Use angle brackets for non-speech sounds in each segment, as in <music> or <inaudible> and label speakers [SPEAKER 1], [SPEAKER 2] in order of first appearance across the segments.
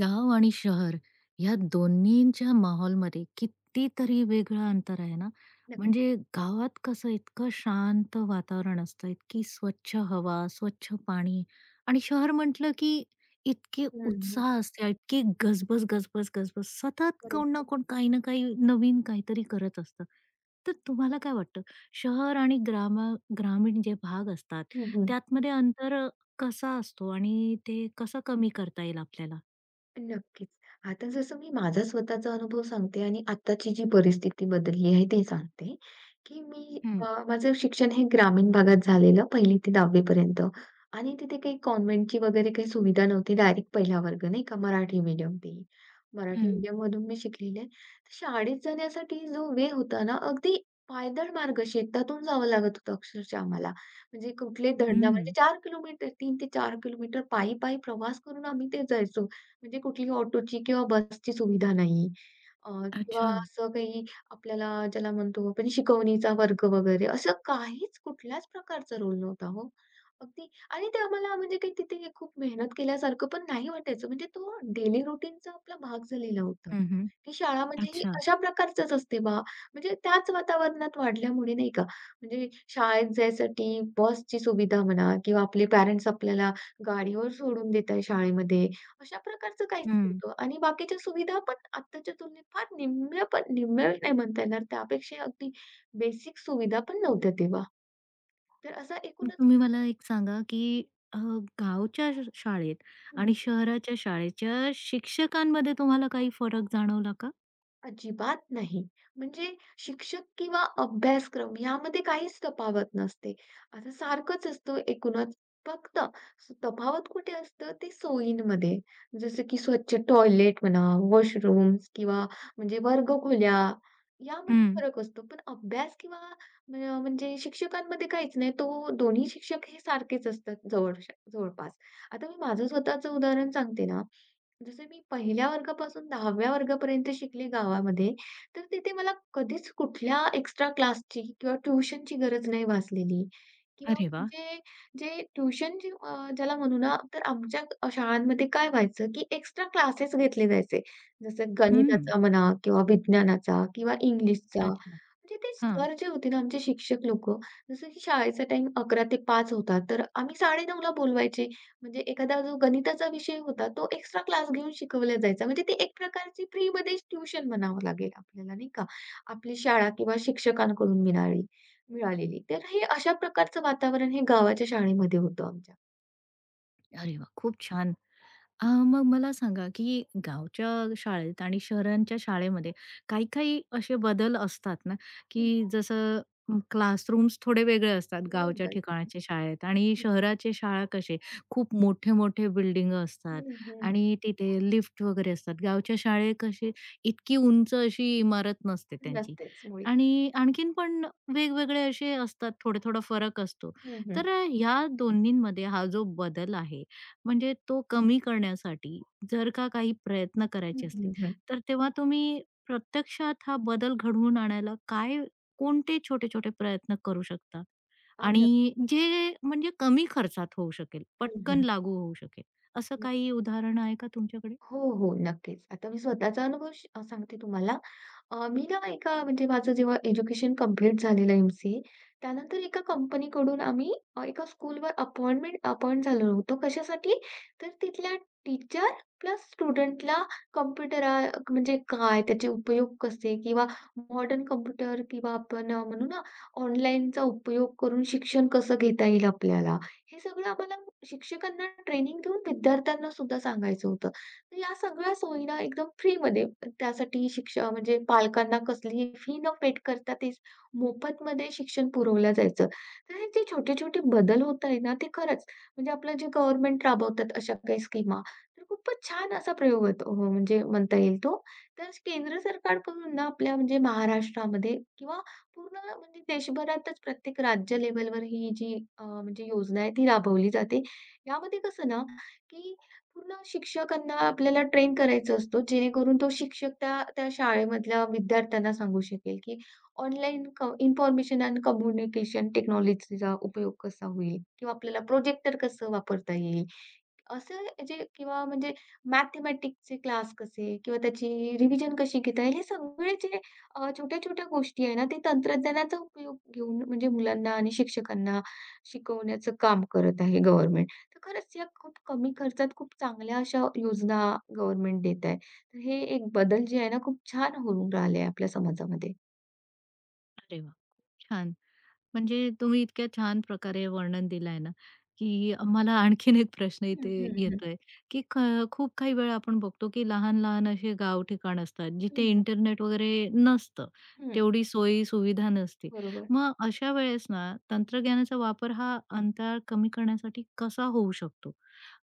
[SPEAKER 1] गाव आणि शहर या दोन्हींच्या माहोलमध्ये कितीतरी वेगळं अंतर आहे ना.
[SPEAKER 2] नक्की.
[SPEAKER 1] म्हणजे गावात कसं इतकं शांत वातावरण असतं, इतकी स्वच्छ हवा, स्वच्छ पाणी आणि शहर म्हटलं की इतके
[SPEAKER 2] हं, हं.
[SPEAKER 1] उत्साह असते, इतकी गजबज, गजबज, गजबज सतत कोण ना
[SPEAKER 2] बरोबर.
[SPEAKER 1] कोण काही ना काही नवीन काहीतरी करत असतं. तर तुम्हाला काय वाटतं शहर आणि ग्रामीण जे भाग असतात
[SPEAKER 2] हं,
[SPEAKER 1] त्यातमध्ये अंतर कसा असतो आणि ते कसं कमी करता येईल आपल्याला?
[SPEAKER 2] नक्कीच. आता जसं मी माझा स्वतःचा अनुभव सांगते आणि आत्ताची जी परिस्थिती बदलली आहे ते सांगते, की मी
[SPEAKER 1] हं.
[SPEAKER 2] माझं शिक्षण हे ग्रामीण भागात झालेलं पहिली ते दहावी पर्यंत आणि तिथे काही कॉन्व्हेंटची वगैरे काही सुविधा नव्हती. डायरेक्ट पहिला वर्ग नाही का मराठी मीडियम ते. मराठी
[SPEAKER 1] हं.
[SPEAKER 2] मीडियममधून मी शिकलेले आहे. तर शाळेत जाण्यासाठी जो वे होता ना, अगदी पायदळ मार्ग शेतातून जावं लागत होतं अक्षरशः आम्हाला. म्हणजे कुठले धरणा म्हणजे
[SPEAKER 1] हं.
[SPEAKER 2] 4 किलोमीटर 3 ते 4 किलोमीटर पायी-पायी प्रवास करून आम्ही ते जायचो. म्हणजे कुठलीही ऑटोची किंवा बसची सुविधा नाही, किंवा
[SPEAKER 1] अच्छा.
[SPEAKER 2] असं काही आपल्याला ज्याला म्हणतो आपण शिकवणीचा वर्ग वगैरे असं काहीच कुठल्याच प्रकारचा रोल नव्हता हो. अगदी आणि ते आम्हाला म्हणजे काही तिथे खूप मेहनत केल्यासारखं पण नाही वाटायचं. म्हणजे तो डेली रूटीनचा आपला भाग झालेला होता.
[SPEAKER 1] हं, हं.
[SPEAKER 2] की शाळा म्हणजे ही
[SPEAKER 1] अच्छा.
[SPEAKER 2] अशा प्रकारचंच असते बा, म्हणजे त्याच वातावरणात वाढल्यामुळे नाही का, म्हणजे शाळेत जायसाठी बसची सुविधा म्हणा किंवा आपले पॅरेंट्स आपल्याला गाडीवर सोडून देत आहे शाळेमध्ये अशा प्रकारचं काहीच
[SPEAKER 1] हं.
[SPEAKER 2] नव्हतं आणि बाकीच्या सुविधा पण आत्ताच्या तुलनेत फार निम्म्या पण निम्म्या नाही म्हणता येणार. त्यापेक्षा अगदी बेसिक सुविधा पण नव्हत्या तेव्हा. तर असा
[SPEAKER 1] मग
[SPEAKER 2] एकूणच
[SPEAKER 1] तुम्ही मला एक सांगा, की अ, गावच्या शाळेत आणि शहराच्या शाळेच्या शिक्षकांमध्ये तुम्हाला काही फरक जाणवला का?
[SPEAKER 2] अजिबात नाही. म्हणजे शिक्षक किंवा अभ्यासक्रम यामध्ये काहीच तफावत नसते. आता सारखंच असतं एकूणच. फक्त तफावत कुठे असतं ते सोयींमध्ये. जसं की स्वच्छ टॉयलेट म्हणा, वॉशरूम्स किंवा म्हणजे वर्गखोल्या यामध्ये
[SPEAKER 1] हं.
[SPEAKER 2] फरक असतो. पण अभ्यास किंवा म्हणजे शिक्षकांमध्ये काहीच नाही. तो दोन्ही शिक्षक हे सारखेच असतात जवळपास. आता मी माझं स्वतःचं उदाहरण सांगते ना, जसं मी पहिल्या वर्गापासून दहाव्या वर्गापर्यंत शिकली गावामध्ये, तर तिथे मला कधीच कुठल्या एक्स्ट्रा क्लासची किंवा ट्युशनची गरज नाही भासलेली. किंवा
[SPEAKER 1] अरे वाह!
[SPEAKER 2] म्हणजे जे ट्युशन जे ज्याला म्हणू ना, तर आमच्या शाळांमध्ये काय व्हायचं, की एक्स्ट्रा क्लासेस घेतले जायचे. जसं हं.
[SPEAKER 1] हं.
[SPEAKER 2] गणिताचा म्हणा किंवा विज्ञानाचा किंवा इंग्लिशचा.
[SPEAKER 1] अच्छा.
[SPEAKER 2] म्हणजे ते
[SPEAKER 1] हां.
[SPEAKER 2] सर जे होते ना आमचे शिक्षक लोकं, जसं की शाळेचा टाईम 11 ते 5 होता, तर आम्ही 9:30ला बोलवायचे. म्हणजे एखादा जो गणिताचा विषय होता, तो एक्स्ट्रा क्लास घेऊन शिकवला जायचा. म्हणजे ते एक प्रकारची फ्रीमध्ये ट्यूशन म्हणावं लागेल आपल्याला, नाही का? आपली शाळा किंवा शिक्षकांकडून मिळालेली. तर हे अशा प्रकारचं वातावरण हे गावाच्या शाळेमध्ये होतं आमच्या.
[SPEAKER 1] अरे वाह! खूप छान. मग मला सांगा, की गावच्या शाळेत आणि शहरांच्या शाळेमध्ये काही-काही असे बदल असतात ना, की
[SPEAKER 2] हं,
[SPEAKER 1] जसं क्लासरूम्स थोडे वेगळे असतात गावच्या
[SPEAKER 2] बरोबर.
[SPEAKER 1] ठिकाणाच्या शाळेत आणि शहराचे शाळा कसे खूप मोठे-मोठे बिल्डिंग असतात
[SPEAKER 2] हं, हं,
[SPEAKER 1] आणि तिथे लिफ्ट वगैरे असतात. गावच्या शाळेत कशी इतकी उंच अशी इमारत नसते त्यांची
[SPEAKER 2] नसतेच मुळी.
[SPEAKER 1] आणि आणखीन पण वेगवेगळे असे असतात, थोडा-थोडा फरक असतो. तर ह्या दोन्हींमध्ये हा जो बदल आहे, म्हणजे तो कमी करण्यासाठी जर का काही प्रयत्न
[SPEAKER 2] हं,
[SPEAKER 1] करायचे
[SPEAKER 2] हं,
[SPEAKER 1] असले,
[SPEAKER 2] हं. हं, हं.
[SPEAKER 1] तर तेव्हा तुम्ही प्रत्यक्षात हा बदल घडवून आणायला काय कोणते छोटे-छोटे प्रयत्न करू शकता?
[SPEAKER 2] आलं.
[SPEAKER 1] आणि जे म्हणजे कमी खर्चात होऊ शकेल,
[SPEAKER 2] हं,
[SPEAKER 1] पटकन
[SPEAKER 2] हं.
[SPEAKER 1] लागू होऊ शकेल, असं काही उदाहरण आहे का तुमच्याकडे?
[SPEAKER 2] हो, हो. नक्कीच. आता मी स्वतःचा अनुभव सांगते तुम्हाला. मी ना एका म्हणजे माझं जेव्हा एज्युकेशन कंप्लीट झालेलं MCA, त्यानंतर एका कंपनीकडून आम्ही एका स्कूलवर अपॉइंट झालेलो होतो. कशासाठी? तर तिथल्या टीचर प्लस स्टुडंटला कॉम्प्युटर म्हणजे काय, त्याचे उपयोग कसे किंवा मॉडर्न कॉम्प्युटर किंवा आपण म्हणू ना, ऑनलाईनचा उपयोग करून शिक्षण कसं घेता येईल आपल्याला, हे सगळं आम्हाला शिक्षकांना ट्रेनिंग देऊन विद्यार्थ्यांना सुद्धा सांगायचं होतं. तर या सगळ्या सोयी ना एकदम फ्रीमध्ये त्यासाठी शिक्षा म्हणजे पालकांना कसलीही फी न पेड करता तेच मोफतमध्ये शिक्षण पुरवलं जायचं. तर हे जे छोटे-छोटे बदल होत आहे ना, ते खरंच म्हणजे आपलं जे गव्हर्नमेंट राबवतात अशा काही स्कीमा, तर खूपच छान असा प्रयोग होतो हो म्हणजे म्हणता येईल तो. तर केंद्र सरकारकडून ना आपल्या म्हणजे महाराष्ट्रामध्ये किंवा पूर्ण म्हणजे देशभरातच प्रत्येक राज्य लेव्हलवर ही जी म्हणजे योजना आहे ती राबवली जाते. यामध्ये कसं ना, की पूर्ण शिक्षकांना आपल्याला ट्रेन करायचा असतो, जेणेकरून तो शिक्षक त्या त्या शाळेमधल्या विद्यार्थ्यांना सांगू शकेल, की ऑनलाईन क इन्फॉर्मेशन अँड कम्युनिकेशन टेक्नॉलॉजीचा उपयोग कसा होईल किंवा आपल्याला प्रोजेक्टर कसं वापरता येईल. असं जे किंवा म्हणजे मॅथेमॅटिक्सचे क्लास कसे किंवा त्याची रिव्हिजन कशी घेता येईल, हे सगळे जे छोट्या-छोट्या गोष्टी आहे ना, ते तंत्रज्ञानाचा उपयोग घेऊन म्हणजे मुलांना आणि शिक्षकांना शिकवण्याचं काम करत आहे गव्हर्नमेंट. तर खरंच या खूप कमी खर्चात खूप चांगल्या अशा योजना गव्हर्नमेंट देत आहे. तर हे एक बदल जे आहे ना, खूप छान होऊन राहिले आपल्या समाजामध्ये.
[SPEAKER 1] अरे वाह! खूप छान. म्हणजे तुम्ही इतक्या छान प्रकारे वर्णन दिलंय ना, की मला आणखीन एक प्रश्न
[SPEAKER 2] हं,
[SPEAKER 1] इथे
[SPEAKER 2] हं, हं.
[SPEAKER 1] येतोय, की खूप काही वेळा आपण बघतो, की लहान-लहान असे गाव ठिकाण असतात, जिथे
[SPEAKER 2] हं, हं.
[SPEAKER 1] इंटरनेट वगैरे नसतं. तेवढी सोयी-सुविधा नसते.
[SPEAKER 2] बरोबर.
[SPEAKER 1] मग अशा वेळेस ना, तंत्रज्ञानाचा वापर हा अंतराळ कमी करण्यासाठी कसा होऊ शकतो?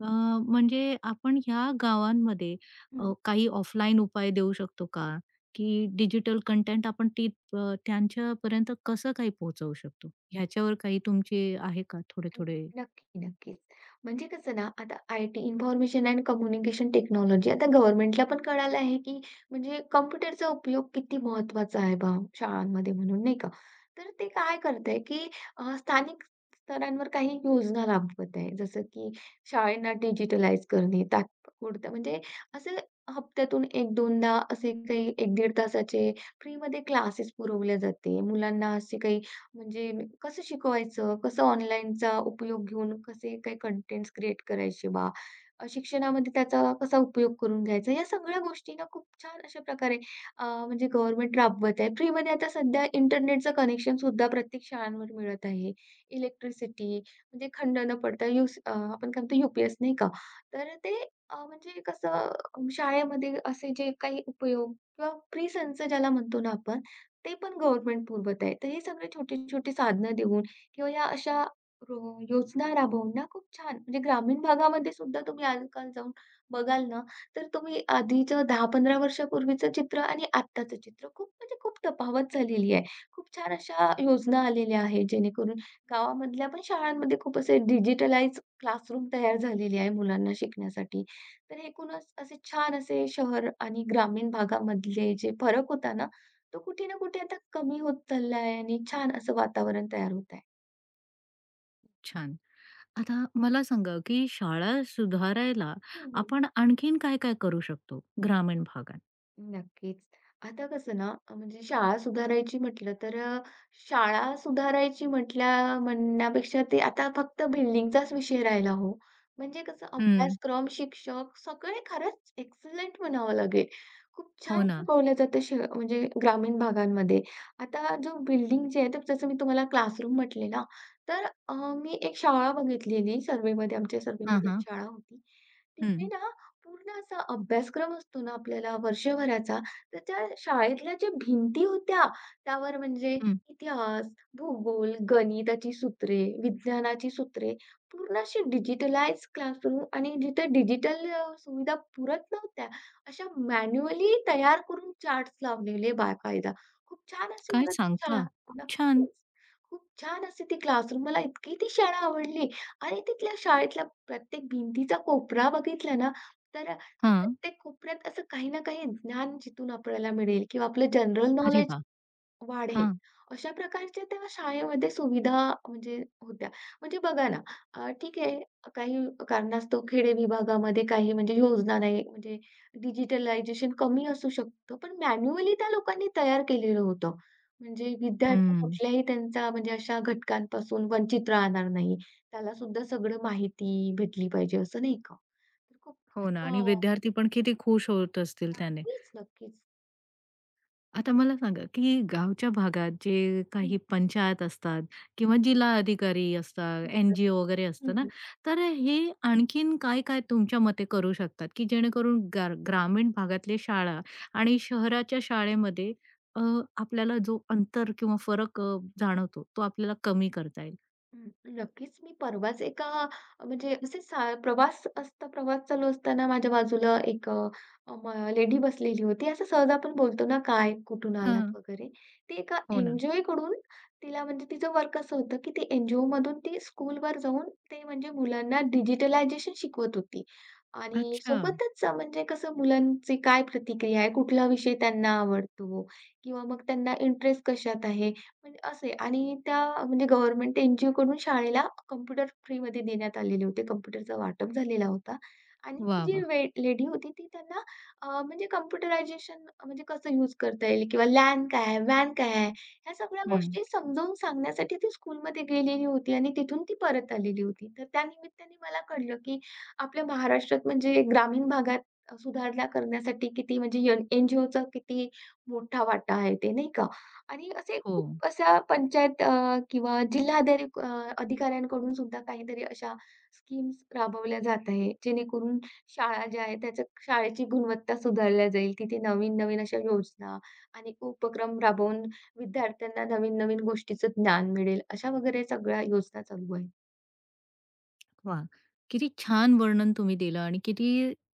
[SPEAKER 1] अ, म्हणजे आपण ह्या गावांमध्ये काही ऑफलाईन उपाय देऊ शकतो का? की डिजिटल कंटेंट आपण ती त्यांच्यापर्यंत कसं काही पोहोचवू शकतो? ह्याच्यावर काही तुमचे आहे का
[SPEAKER 2] अ,
[SPEAKER 1] थोडे-थोडे?
[SPEAKER 2] नक्की, नक्कीच. म्हणजे कसं ना, आता IT information and communication technology आता गव्हर्नमेंटला पण कळालं आहे, की म्हणजे कॉम्प्युटरचा उपयोग किती महत्त्वाचा आहे बा शाळांमध्ये म्हणून, नाही का? तर ते काय करत आहे, की स्थानिक स्तरांवर काही योजना राबवत आहे. जसं की शाळांना डिजिटलाइज करणे, तात्पुरतं म्हणजे असं हप्त्यातून 1-2दा असे काही 1-1.5 तासाचे फ्रीमध्ये क्लासेस पुरवले जाते. मुलांना असे काही म्हणजे कसं शिकवायचं? कसं ऑनलाईनचा उपयोग घेऊन कसे काही कंटेंट्स क्रिएट करायचे बा? शिक्षणामध्ये त्याचा कसा उपयोग करून घ्यायचा? या सगळ्या गोष्टी ना खूप छान अशा प्रकारे म्हणजे गव्हर्नमेंट राबवत आहे. फ्रीमध्ये आता सध्या इंटरनेटचं कनेक्शनसुद्धा प्रत्येक शाळांवर मिळत आहे. इलेक्ट्रिसिटी म्हणजे खंड न पडता आपण काय म्हणतो यू नाही का? तर ते म्हणजे कसं शाळेमध्ये असे जे काही उपयोग किंवा फ्री संच ज्याला म्हणतो ना आपण, ते पण गव्हर्नमेंट पुरवत आहे. तर हे सगळे छोटी-छोटी साधनं देऊन किंवा या अशा रो योजना राबवून ना खूप छान म्हणजे ग्रामीण भागामध्ये सुद्धा तुम्ही आजकाल जाऊन बघाल ना, तर तुम्ही आधीचं 10-15 वर्षापूर्वीचं चित्र आणि आत्ताचं चित्र खूप म्हणजे खूप तफावत झालेली आहे. खूप छान अशा योजना आलेल्या आहेत जेणेकरून गावामधल्या पण शाळांमध्ये खूप असे डिजिटलाइज क्लासरूम तयार झालेले आहे मुलांना शिकण्यासाठी. तर एकूणच असे छान असे शहर आणि ग्रामीण भागामधले जे फरक होता ना, तो कुठे ना कुठे आता कमी होत चालला आहे आणि छान असं वातावरण तयार होत आहे.
[SPEAKER 1] छान. आता मला सांगा, की शाळा सुधारायला
[SPEAKER 2] हं,
[SPEAKER 1] आपण आणखीन काय-काय करू शकतो ग्रामीण भागात?
[SPEAKER 2] नक्कीच. आता कसं ना, म्हणजे शाळा सुधारायची म्हटलं तर शाळा सुधारायची म्हटल्या म्हणण्यापेक्षा ते आता फक्त बिल्डिंगचाच विषय राहिला हो. म्हणजे कसं
[SPEAKER 1] हं.
[SPEAKER 2] अभ्यासक्रम, शिक्षक सगळे खरंच एक्सलंट म्हणावं लागेल. खूप
[SPEAKER 1] हो
[SPEAKER 2] छान
[SPEAKER 1] ना.
[SPEAKER 2] शिकवलं जातं म्हणजे ग्रामीण भागांमध्ये. आता जो बिल्डिंग जे आहे, तर जसं मी तुम्हाला क्लासरूम म्हटले ना, तर मी एक शाळा बघितलेली सर्व्हेमध्ये, आमच्या
[SPEAKER 1] हां,
[SPEAKER 2] सर्व्हेमध्ये एक
[SPEAKER 1] हां.
[SPEAKER 2] शाळा होती. तिथे
[SPEAKER 1] हं.
[SPEAKER 2] ना पूर्ण असा अभ्यासक्रम असतो ना आपल्याला वर्षभराचा, तर त्या शाळेतल्या ज्या भिंती होत्या, त्यावर म्हणजे
[SPEAKER 1] हं.
[SPEAKER 2] इतिहास, भूगोल, गणिताची सूत्रे, विज्ञानाची सूत्रे, पूर्ण अशी डिजिटलाइज क्लासरूम आणि जिथे डिजिटल सुविधा पुरत नव्हत्या, अशा मॅन्युअली तयार करून चार्ट्स लावलेले बाकायदा. खूप छान अशी
[SPEAKER 1] काय
[SPEAKER 2] मला ती शाळा
[SPEAKER 1] सांगता? खूप छान.
[SPEAKER 2] नक्कीच. खूप छान अशी ती क्लासरूम मला इतकी ती शाळा आवडली आणि तिथल्या शाळेतल्या प्रत्येक भिंतीचा कोपरा बघितला ना, तर
[SPEAKER 1] हां.
[SPEAKER 2] प्रत्येक कोपऱ्यात असं काही ना काही ज्ञान जिथून आपल्याला मिळेल किंवा आपलं जनरल
[SPEAKER 1] अरे
[SPEAKER 2] नॉलेज
[SPEAKER 1] वाह!
[SPEAKER 2] वाढेल,
[SPEAKER 1] हां.
[SPEAKER 2] अशा प्रकारच्या त्या शाळेमध्ये सुविधा म्हणजे होत्या. म्हणजे बघा ना, ठीक आहे, काही कारणास्तव खेडे विभागामध्ये काही म्हणजे योजना नाही, म्हणजे डिजिटलायझेशन कमी असू शकतं, पण मॅन्युअली त्या लोकांनी तयार केलेलं होतं. म्हणजे विद्यार्थी
[SPEAKER 1] हं.
[SPEAKER 2] कुठल्याही त्यांचा म्हणजे अशा घटकांपासून वंचित राहणार नाही. त्याला सुद्धा सगळं माहिती भेटली पाहिजे असं नाही का? तर खूप
[SPEAKER 1] हो ना आणि विद्यार्थी पण किती खुश होत असतील त्याने.
[SPEAKER 2] नक्कीच, नक्कीच.
[SPEAKER 1] आता मला सांगा, की गावच्या भागात जे
[SPEAKER 2] हं,
[SPEAKER 1] काही पंचायत असतात किंवा जिल्हा अधिकारी असतात,
[SPEAKER 2] हं, हं,
[SPEAKER 1] NGO वगैरे
[SPEAKER 2] हं,
[SPEAKER 1] असतं ना,
[SPEAKER 2] हं.
[SPEAKER 1] तर हे आणखीन काय-काय तुमच्या मते करू शकतात, की जेणेकरून ग्रामीण भागातल्या शाळा आणि शहराच्या शाळेमध्ये अ, आपल्याला जो अंतर किंवा फरक जाणवतो, तो आपल्याला कमी करता येईल?
[SPEAKER 2] नक्कीच मी परवाच एका म्हणजे असे सा प्रवास प्रवास चालू असताना माझ्या बाजूला एक लेडी बसलेली होती. असं सहज आपण बोलतो ना, "काय? कुठून आलात?"
[SPEAKER 1] हां.
[SPEAKER 2] वगैरे. ती एका
[SPEAKER 1] हो ना.
[SPEAKER 2] NGOकडून तिला म्हणजे तिचं वर्क असं होतं, की ती NGOमधून ती स्कूलवर जाऊन ते म्हणजे मुलांना डिजिटलायझेशन शिकवत होती. आणि
[SPEAKER 1] अच्छा.
[SPEAKER 2] सोबतच म्हणजे कसं मुलांची काय प्रतिक्रिया आहे, कुठला विषय त्यांना आवडतो किंवा मग त्यांना इंटरेस्ट कशात आहे म्हणजे असे आणि त्या म्हणजे गव्हर्नमेंट NGOकडून शाळेला कॉम्प्युटर फ्रीमध्ये देण्यात आलेले होते. कॉम्प्युटरचा वाटप झालेला होता. आणि ती
[SPEAKER 1] वाह!
[SPEAKER 2] जी
[SPEAKER 1] वाह!
[SPEAKER 2] वे लेडी होती ती त्यांना म्हणजे कॉम्प्युटरायझेशन म्हणजे कसं यूज करता येईल किंवा LAN काय आहे? WAN काय आहे? ह्या सगळ्या
[SPEAKER 1] हं.
[SPEAKER 2] गोष्टी समजावून सांगण्यासाठी ती स्कूलमध्ये गेलेली होती आणि तिथून ती परत आलेली होती. तर त्यानिमित्ताने मला कळलं, की आपल्या महाराष्ट्रात म्हणजे ग्रामीण भागात सुधारणा करण्यासाठी किती म्हणजे NGOचा किती मोठा वाटा आहे ते, नाही का? आणि असे
[SPEAKER 1] हो.
[SPEAKER 2] खूप अशा पंचायत किंवा जिल्हाधिकारी अधिकाऱ्यांकडून सुद्धा काहीतरी अशा स्कीम्स राबवल्या जात आहे, जेणेकरून शाळा ज्या आहेत त्याच्या शाळेची गुणवत्ता सुधारल्या जाईल. तिथे नवीन-नवीन अशा योजना आणि उपक्रम राबवून विद्यार्थ्यांना नवीन-नवीन गोष्टीचं ज्ञान मिळेल, अशा वगैरे सगळ्या योजना चालू आहेत.
[SPEAKER 1] वा, किती छान वर्णन तुम्ही दिलं आणि किती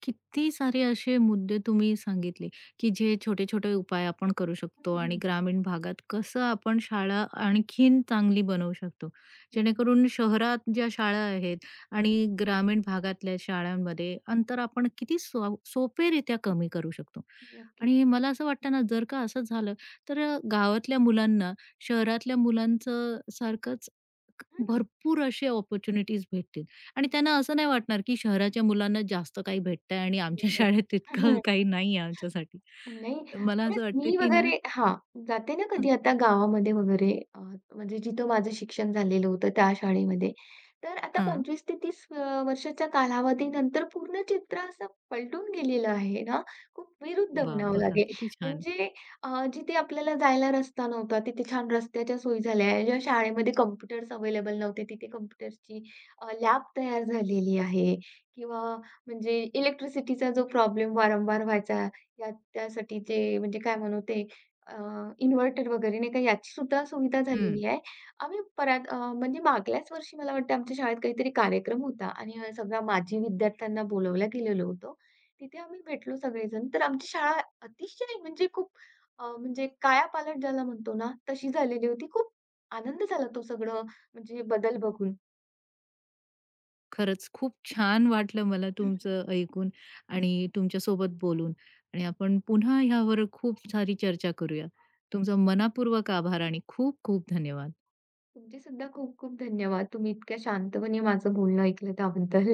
[SPEAKER 1] किती सारे असे मुद्दे तुम्ही सांगितले, की जे छोटे-छोटे उपाय आपण करू शकतो आणि
[SPEAKER 2] हं,
[SPEAKER 1] ग्रामीण भागात कसं आपण शाळा आणखीन चांगली बनवू शकतो.
[SPEAKER 2] बरोबर.
[SPEAKER 1] जेणेकरून शहरात ज्या शाळा आहेत आणि ग्रामीण भागातल्या शाळांमध्ये अंतर आपण किती सोपेरित्या कमी करू शकतो.
[SPEAKER 2] नक्की.
[SPEAKER 1] आणि मला असं वाटतं ना, जर का असं झालं, तर गावातल्या मुलांना शहरातल्या मुलांचं सारखंच
[SPEAKER 2] हं,
[SPEAKER 1] भरपूर असे अपॉर्च्युनिटीज भेटतील. आणि त्यांना असं नाही वाटणार, की शहराच्या मुलांना जास्त काही भेटतंय आणि आमच्या <laughs> शाळेत तितकं
[SPEAKER 2] बरोबर.
[SPEAKER 1] काही नाहीये आमच्यासाठी.
[SPEAKER 2] नाही.
[SPEAKER 1] मला
[SPEAKER 2] खरंच
[SPEAKER 1] असं वाटतं,
[SPEAKER 2] मी
[SPEAKER 1] की ना
[SPEAKER 2] वगैरे हां, जाते ना
[SPEAKER 1] हं,
[SPEAKER 2] कधी आता गावामध्ये वगैरे म्हणजे जिथं माझं शिक्षण झालेलं होतं त्या शाळेमध्ये. तर आता
[SPEAKER 1] हां.
[SPEAKER 2] 25 ते 30 वर्षाच्या कालावधीनंतर पूर्ण चित्र असं पलटून गेलेलं आहे ना, खूप विरुद्ध
[SPEAKER 1] वाह!
[SPEAKER 2] म्हणावं
[SPEAKER 1] बघा
[SPEAKER 2] लागेल.
[SPEAKER 1] किती छान.
[SPEAKER 2] म्हणजे जिथे आपल्याला जायला रस्ता नव्हता, तिथे छान रस्त्याच्या सोयी झाल्या आहे. ज्या शाळेमध्ये कॉम्प्युटर्स अवेलेबल नव्हते, तिथे कॉम्प्युटर्सची लॅब तयार झालेली आहे किंवा म्हणजे इलेक्ट्रिसिटीचा जो प्रॉब्लेम वारंवार व्हायचा, त्यासाठी ते म्हणजे काय म्हणू ते अ, इन्व्हर्टर वगैरे नाही का याची सुद्धा सुविधा
[SPEAKER 1] हं.
[SPEAKER 2] झालेली आहे. आम्ही परत म्हणजे मागल्याच वर्षी मला वाटतं आमच्या शाळेत काहीतरी कार्यक्रम होता आणि सगळ्या माजी विद्यार्थ्यांना बोलावलं गेलेलो होतो. तिथे आम्ही भेटलो सगळेजण. तर आमची शाळा अतिशय म्हणजे खूप म्हणजे कायापालट ज्याला म्हणतो ना, तशी झालेली होती. खूप आनंद झाला तो सगळं म्हणजे बदल बघून.
[SPEAKER 1] खरंच खूप छान वाटलं मला
[SPEAKER 2] <laughs>
[SPEAKER 1] तुमचं ऐकून आणि तुमच्यासोबत बोलून आणि आपण पुन्हा ह्यावर खूप सारी चर्चा करूया. तुमचा मनःपूर्वक आभार आणि खूप खूप धन्यवाद.
[SPEAKER 2] तुमचे सुद्धा खूप खूप धन्यवाद. तुम्ही इतक्या शांतपणे माझं बोलणं ऐकलं त्याबद्दल.